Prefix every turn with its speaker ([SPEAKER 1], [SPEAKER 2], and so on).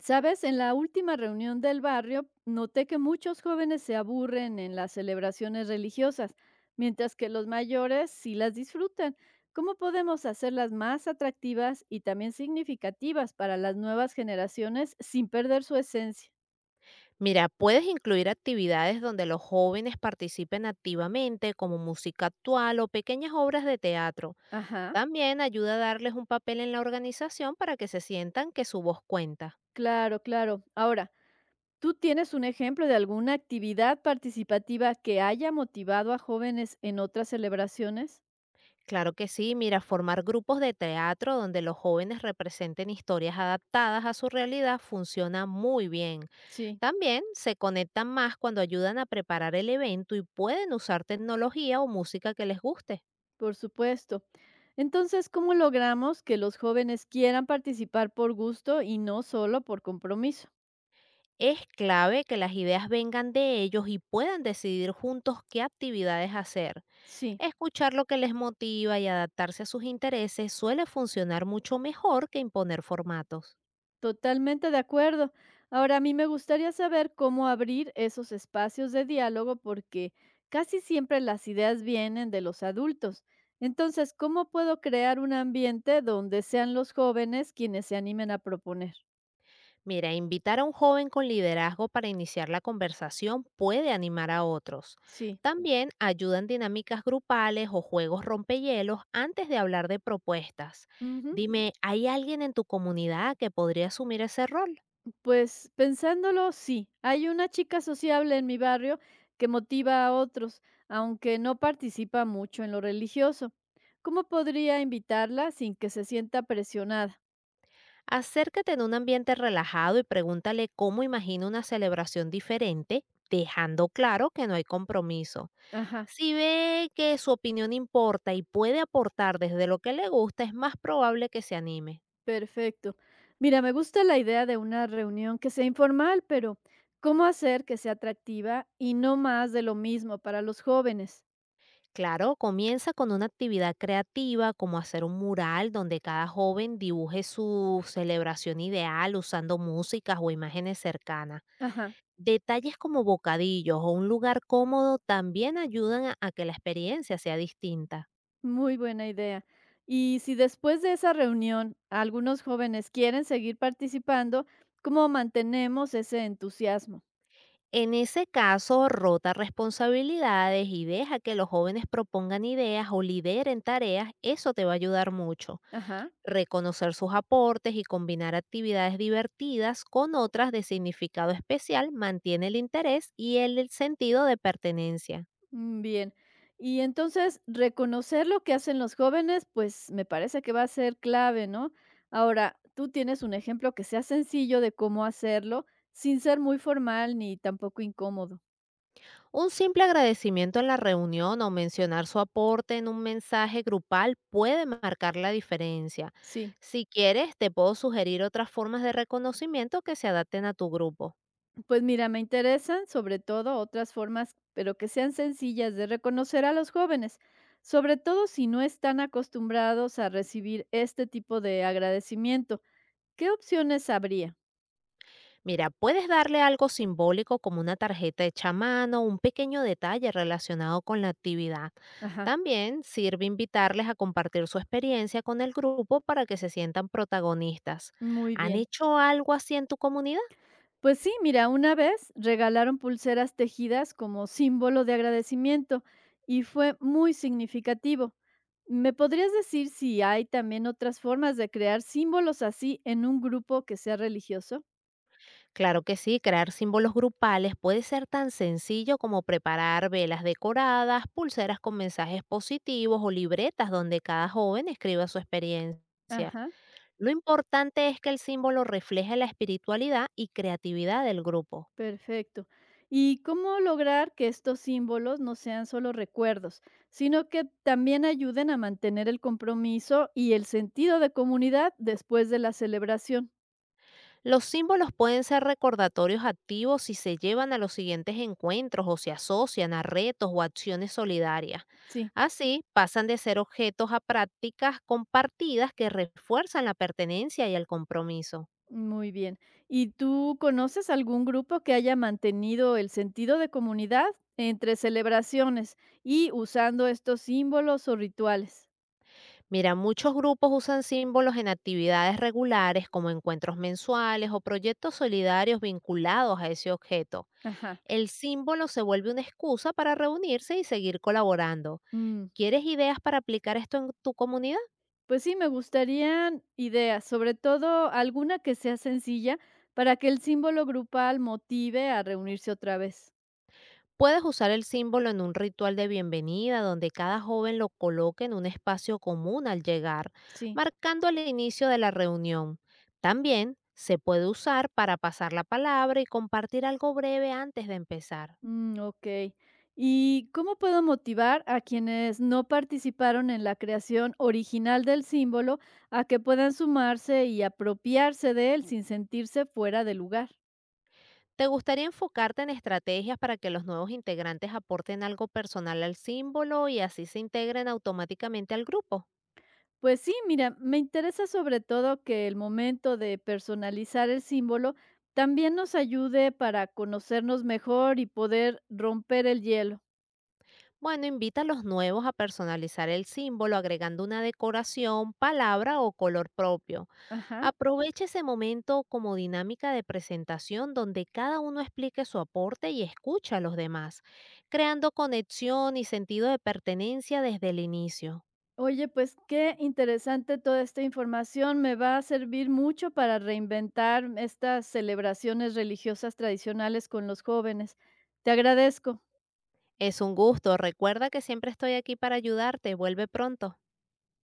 [SPEAKER 1] Sabes, en la última reunión del barrio noté que muchos jóvenes se aburren en las celebraciones religiosas, mientras que los mayores sí las disfrutan. ¿Cómo podemos hacerlas más atractivas y también significativas para las nuevas generaciones sin perder su esencia?
[SPEAKER 2] Mira, puedes incluir actividades donde los jóvenes participen activamente, como música actual o pequeñas obras de teatro.
[SPEAKER 1] Ajá,
[SPEAKER 2] También ayuda a darles un papel en la organización para que se sientan que su voz cuenta.
[SPEAKER 1] claro, claro. Ahora, ¿tú tienes un ejemplo de alguna actividad participativa que haya motivado a jóvenes en otras celebraciones?
[SPEAKER 2] Claro que sí, mira, formar grupos de teatro donde los jóvenes representen historias adaptadas a su realidad funciona muy bien.
[SPEAKER 1] Sí.
[SPEAKER 2] También se conectan más cuando ayudan a preparar el evento y pueden usar tecnología o música que les guste.
[SPEAKER 1] Por supuesto. Entonces, ¿cómo logramos que los jóvenes quieran participar por gusto y no solo por compromiso?
[SPEAKER 2] Es clave que las ideas vengan de ellos y puedan decidir juntos qué actividades hacer.
[SPEAKER 1] Sí,
[SPEAKER 2] Escuchar lo que les motiva y adaptarse a sus intereses suele funcionar mucho mejor que imponer formatos.
[SPEAKER 1] totalmente de acuerdo. Ahora, a mí me gustaría saber cómo abrir esos espacios de diálogo porque casi siempre las ideas vienen de los adultos. Entonces, ¿cómo puedo crear un ambiente donde sean los jóvenes quienes se animen a proponer?
[SPEAKER 2] Mira, invitar a un joven con liderazgo para iniciar la conversación puede animar a otros.
[SPEAKER 1] Sí.
[SPEAKER 2] También ayudan dinámicas grupales o juegos rompehielos antes de hablar de propuestas.
[SPEAKER 1] Ujú.
[SPEAKER 2] Dime, ¿hay alguien en tu comunidad que podría asumir ese rol?
[SPEAKER 1] Pues pensándolo, sí. Hay una chica sociable en mi barrio que motiva a otros, aunque no participa mucho en lo religioso. ¿Cómo podría invitarla sin que se sienta presionada?
[SPEAKER 2] Acércate en un ambiente relajado y pregúntale cómo imagina una celebración diferente, dejando claro que no hay compromiso.
[SPEAKER 1] Ajá,
[SPEAKER 2] Si ve que su opinión importa y puede aportar desde lo que le gusta, es más probable que se anime.
[SPEAKER 1] perfecto. Mira, me gusta la idea de una reunión que sea informal, pero ¿cómo hacer que sea atractiva y no más de lo mismo para los jóvenes?
[SPEAKER 2] Claro, comienza con una actividad creativa como hacer un mural donde cada joven dibuje su celebración ideal usando músicas o imágenes cercanas.
[SPEAKER 1] Ajá.
[SPEAKER 2] Detalles como bocadillos o un lugar cómodo también ayudan a que la experiencia sea distinta.
[SPEAKER 1] Muy buena idea. Y si después de esa reunión algunos jóvenes quieren seguir participando, ¿cómo mantenemos ese entusiasmo?
[SPEAKER 2] En ese caso, rota responsabilidades y deja que los jóvenes propongan ideas o lideren tareas, eso te va a ayudar mucho.
[SPEAKER 1] Ajá,
[SPEAKER 2] Reconocer sus aportes y combinar actividades divertidas con otras de significado especial mantiene el interés y el sentido de pertenencia.
[SPEAKER 1] mm, bien. Y entonces reconocer lo que hacen los jóvenes, pues me parece que va a ser clave, ¿no? Ahora, tú tienes un ejemplo que sea sencillo de cómo hacerlo sin ser muy formal ni tampoco incómodo.
[SPEAKER 2] Un simple agradecimiento en la reunión o mencionar su aporte en un mensaje grupal puede marcar la diferencia.
[SPEAKER 1] Sí.
[SPEAKER 2] Si quieres, te puedo sugerir otras formas de reconocimiento que se adapten a tu grupo.
[SPEAKER 1] Pues mira, me interesan sobre todo otras formas, pero que sean sencillas de reconocer a los jóvenes, sobre todo si no están acostumbrados a recibir este tipo de agradecimiento. ¿Qué opciones habría?
[SPEAKER 2] Mira, puedes darle algo simbólico como una tarjeta hecha a mano, un pequeño detalle relacionado con la actividad.
[SPEAKER 1] Ajá,
[SPEAKER 2] También sirve invitarles a compartir su experiencia con el grupo para que se sientan protagonistas.
[SPEAKER 1] muy
[SPEAKER 2] ¿Han
[SPEAKER 1] bien.
[SPEAKER 2] hecho algo así en tu comunidad?
[SPEAKER 1] Pues sí, mira, una vez regalaron pulseras tejidas como símbolo de agradecimiento y fue muy significativo. ¿Me podrías decir si hay también otras formas de crear símbolos así en un grupo que sea religioso?
[SPEAKER 2] Claro que sí, crear símbolos grupales puede ser tan sencillo como preparar velas decoradas, pulseras con mensajes positivos o libretas donde cada joven escriba su experiencia.
[SPEAKER 1] Ajá.
[SPEAKER 2] Lo importante es que el símbolo refleje la espiritualidad y creatividad del grupo.
[SPEAKER 1] Perfecto. ¿Y cómo lograr que estos símbolos no sean solo recuerdos, sino que también ayuden a mantener el compromiso y el sentido de comunidad después de la celebración?
[SPEAKER 2] Los símbolos pueden ser recordatorios activos si se llevan a los siguientes encuentros o se asocian a retos o acciones solidarias.
[SPEAKER 1] Sí,
[SPEAKER 2] Así, pasan de ser objetos a prácticas compartidas que refuerzan la pertenencia y el compromiso.
[SPEAKER 1] muy bien. ¿Y tú conoces algún grupo que haya mantenido el sentido de comunidad entre celebraciones y usando estos símbolos o rituales?
[SPEAKER 2] Mira, muchos grupos usan símbolos en actividades regulares como encuentros mensuales o proyectos solidarios vinculados a ese objeto.
[SPEAKER 1] Ajá.
[SPEAKER 2] El símbolo se vuelve una excusa para reunirse y seguir colaborando.
[SPEAKER 1] Mm.
[SPEAKER 2] ¿Quieres ideas para aplicar esto en tu comunidad?
[SPEAKER 1] Pues sí, me gustarían ideas, sobre todo alguna que sea sencilla para que el símbolo grupal motive a reunirse otra vez.
[SPEAKER 2] Puedes usar el símbolo en un ritual de bienvenida donde cada joven lo coloque en un espacio común al llegar,
[SPEAKER 1] Sí,
[SPEAKER 2] marcando el inicio de la reunión. También se puede usar para pasar la palabra y compartir algo breve antes de empezar.
[SPEAKER 1] mm, ok. ¿Y cómo puedo motivar a quienes no participaron en la creación original del símbolo a que puedan sumarse y apropiarse de él sin sentirse fuera de lugar?
[SPEAKER 2] ¿Te gustaría enfocarte en estrategias para que los nuevos integrantes aporten algo personal al símbolo y así se integren automáticamente al grupo?
[SPEAKER 1] Pues sí, mira, me interesa sobre todo que el momento de personalizar el símbolo también nos ayude para conocernos mejor y poder romper el hielo.
[SPEAKER 2] Bueno, invita a los nuevos a personalizar el símbolo agregando una decoración, palabra o color propio.
[SPEAKER 1] Ajá.
[SPEAKER 2] Aprovecha ese momento como dinámica de presentación donde cada uno explique su aporte y escucha a los demás, creando conexión y sentido de pertenencia desde el inicio.
[SPEAKER 1] Oye, pues qué interesante toda esta información. Me va a servir mucho para reinventar estas celebraciones religiosas tradicionales con los jóvenes. Te agradezco.
[SPEAKER 2] Es un gusto, recuerda que siempre estoy aquí para ayudarte, vuelve pronto.